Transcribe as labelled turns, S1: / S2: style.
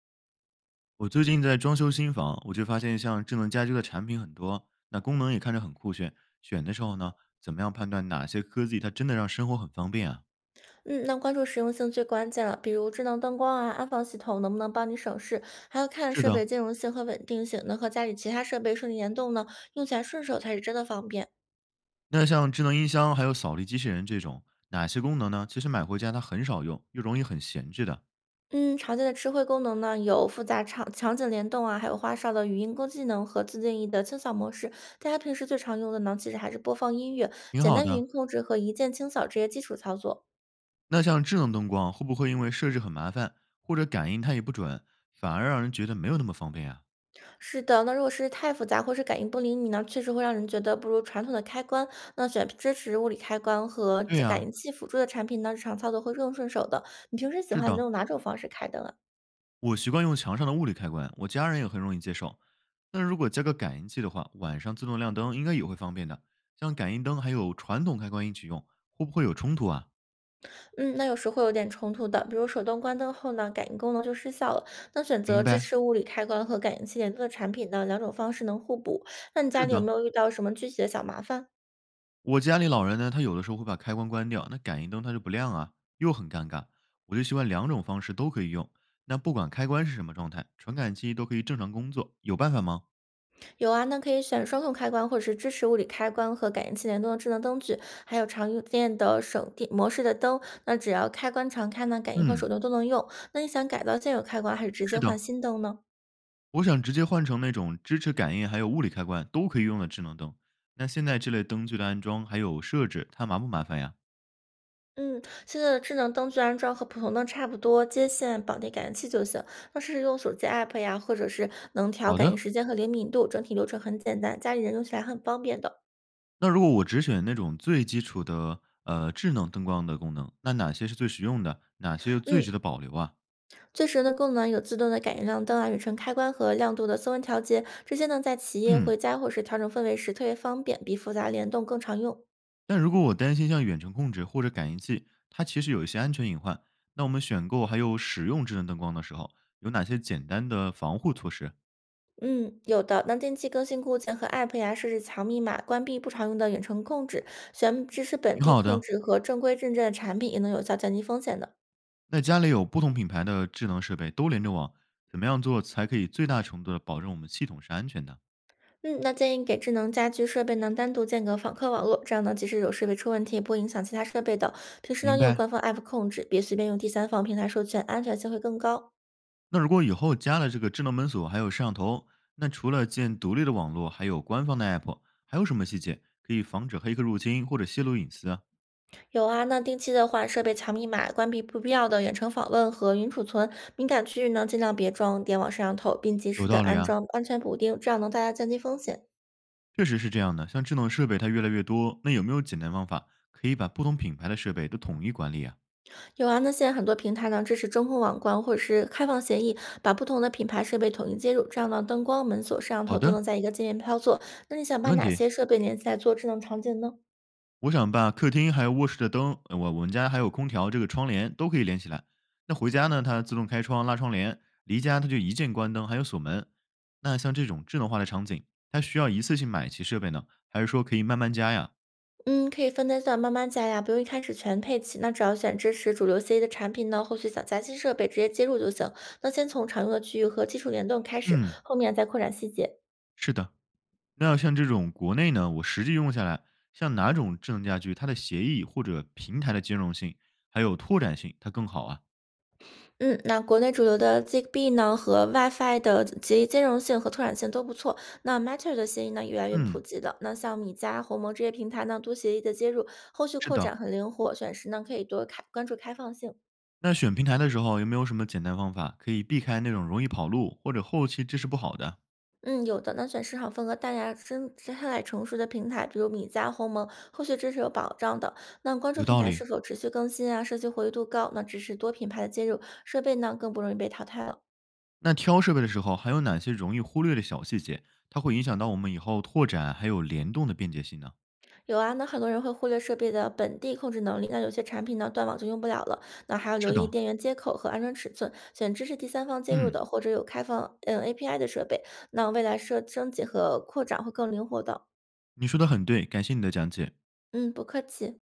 S1: 我最近在装修新房，我就发现像智能家居的产品很多，那功能也看着很酷炫。选的时候呢，怎么样判断哪些科技它真的让生活很方便啊？
S2: 嗯，那关注实用性最关键了，比如智能灯光啊、安防系统能不能帮你省事，还要看
S1: 是
S2: 设备
S1: 的。
S2: 兼容性和稳定性，能和家里其他设备顺利联动呢，用起来顺手才是真的方便。
S1: 那像智能音箱还有扫地机器人这种，哪些功能呢？其实买回家它很少用，又容易很闲置的。
S2: 嗯，常见的智慧功能呢，有复杂场景联动啊，还有花哨的语音攻技能和自定义的清扫模式。大家平时最常用的呢，其实还是播放音乐、
S1: 挺
S2: 简
S1: 好
S2: 单语
S1: 的。
S2: 音控制和一键清扫这些基础操作。
S1: 那像智能灯光会不会因为设置很麻烦，或者感应它也不准，反而让人觉得没有那么方便啊？
S2: 是的，那如果是太复杂或是感应不灵敏呢，确实会让人觉得不如传统的开关。那选支持物理开关和
S1: 对
S2: 感
S1: 呀、
S2: 应器辅助的产品呢，日常操作会更顺手的。你平时喜
S1: 是
S2: 欢
S1: 的，
S2: 用哪种方式开灯啊？
S1: 我习惯用墙上的物理开关，我家人也很容易接受。那如果加个感应器的话，晚上自动亮灯应该也会方便的。像感应灯还有传统开关一起用，会不会有冲突啊？
S2: 嗯，那有时会有点冲突的，比如手动关灯后呢，感应功能就失效了。那选择
S1: 明
S2: 支
S1: 白。
S2: 持物理开关和感应器联动的产品呢，两种方式能互补。那你家
S1: 是
S2: 里有
S1: 的，
S2: 没有遇到什么具体的小麻烦？
S1: 我家里老人呢，他有的时候会把开关关掉，那感应灯它就不亮啊，又很尴尬。我就习惯两种方式都可以用，那不管开关是什么状态，传感器都可以正常工作，有办法吗？
S2: 有啊，那可以选双控开关，或者是支持物理开关和感应器联动的智能灯具，还有常用电的省电模式的灯。那只要开关常开呢，感应和
S1: 嗯，
S2: 手动都能用。那你想改造现有开关，还是直接
S1: 是
S2: 换
S1: 的，
S2: 新灯呢？
S1: 我想直接换成那种支持感应还有物理开关都可以用的智能灯。那现在这类灯具的安装还有设置，它麻不麻烦呀？
S2: 嗯，现在的智能灯具安装和普通灯差不多，接线、绑定感应器就行。那试试用手机 app 呀，或者是能调
S1: 好
S2: 感
S1: 的，
S2: 应时间和灵敏度，整体流程很简单，家里人用起来很方便的。
S1: 那如果我只选那种最基础的智能灯光的功能，那哪些是最实用的？哪些又最
S2: 嗯，
S1: 值得保留啊？
S2: 最实用的功能有自动的感应亮灯啊、远程开关和亮度的色温调节，这些呢在企业、
S1: 嗯，
S2: 回家或是调整氛围时特别方便，比复杂联动更常用。
S1: 但如果我担心像远程控制或者感应器，它其实有一些安全隐患。那我们选购还有使用智能灯光的时候，有哪些简单的防护措施？
S2: 嗯，有的。那定期更新固件和 App 呀，设置强密码，关闭不常用的远程控制，选支持本
S1: 挺
S2: 地
S1: 好
S2: 控
S1: 的。
S2: 制和正规认证的产品，也能有效降低风险的。
S1: 那家里有不同品牌的智能设备都连着网，怎么样做才可以最大程度的保证我们系统是安全的？
S2: 嗯，那建议给智能家居设备呢单独建个访客网络，这样呢即使有设备出问题，也不会影响其他设备的。平时呢
S1: 明
S2: 用
S1: 白。
S2: 官方 App 控制，别随便用第三方平台授权，安全性会更高。
S1: 那如果以后加了这个智能门锁还有摄像头，那除了建独立的网络，还有官方的 app，还有什么细节可以防止黑客入侵或者泄露隐私啊？
S2: 有啊，那定期的换设备强密码，关闭不必要的远程访问和云储存，敏感区域呢尽量别装点网摄像头，并及
S1: 有
S2: 时的
S1: 道理
S2: 安
S1: 啊。
S2: 装安全补丁，这样能大大降低风险。
S1: 确实是这样的，像智能设备它越来越多，那有没有简单方法可以把不同品牌的设备都统一管理啊？
S2: 有啊，那现在很多平台呢支持中控网关或者是开放协议，把不同的品牌设备统一接入，这样呢灯光、门锁、摄像
S1: 好
S2: 头都
S1: 的，
S2: 能在一个界面操作。那你想
S1: 没
S2: 把
S1: 问
S2: 哪
S1: 题。
S2: 些设备连起来做智能场景呢？
S1: 我想把客厅还有卧室的灯，我们家还有空调，这个窗帘都可以连起来。那回家呢，它自动开窗拉窗帘，离家它就一键关灯，还有锁门。那像这种智能化的场景，它需要一次性买齐设备呢，还是说可以慢慢加呀？
S2: 嗯，可以分阶段慢慢加呀，不用一开始全配齐。那只要选支持主流 CE 的产品呢，后续想加新设备直接接入就行。那先从常用的区域和基础联动开始，
S1: 嗯，
S2: 后面再扩展细节。
S1: 是的。那像这种国内呢，我实际用下来，像哪种智能家居，它的协议或者平台的兼容性，还有拓展性，它更好啊？
S2: 嗯，那国内主流的 Zigbee 呢和 WiFi 的协议兼容性和拓展性都不错。那 Matter 的协议呢也越来越普
S1: 嗯，
S2: 及的。那像米家、鸿蒙这些平台呢，多协议的接入，后续
S1: 是
S2: 扩
S1: 的。
S2: 展很灵活，选时呢可以多开关注开放性。
S1: 那选平台的时候有没有什么简单方法可以避开那种容易跑路或者后期支持不好的？
S2: 嗯，有的呢。那选市场份额大呀、生态成熟的平台，比如米家、鸿蒙，后续支持有保障的。那关注
S1: 有
S2: 平
S1: 道
S2: 台
S1: 理。
S2: 是否持续更新啊，社区活跃度高，那支持多品牌的接入，设备呢更不容易被淘汰了。
S1: 那挑设备的时候还有哪些容易忽略的小细节？它会影响到我们以后拓展还有联动的便捷性呢？
S2: 有啊，那很多人会忽略设备的本地控制能力，那有些产品呢断网就用不了了。那还要留
S1: 是
S2: 意
S1: 的。
S2: 电源接口和安装尺寸，选支持第三方接入
S1: 嗯，
S2: 的或者有开放API 的设备。那未来设升级和扩展会更灵活的。
S1: 你说的很对，感谢你的讲解。
S2: 嗯，不客气。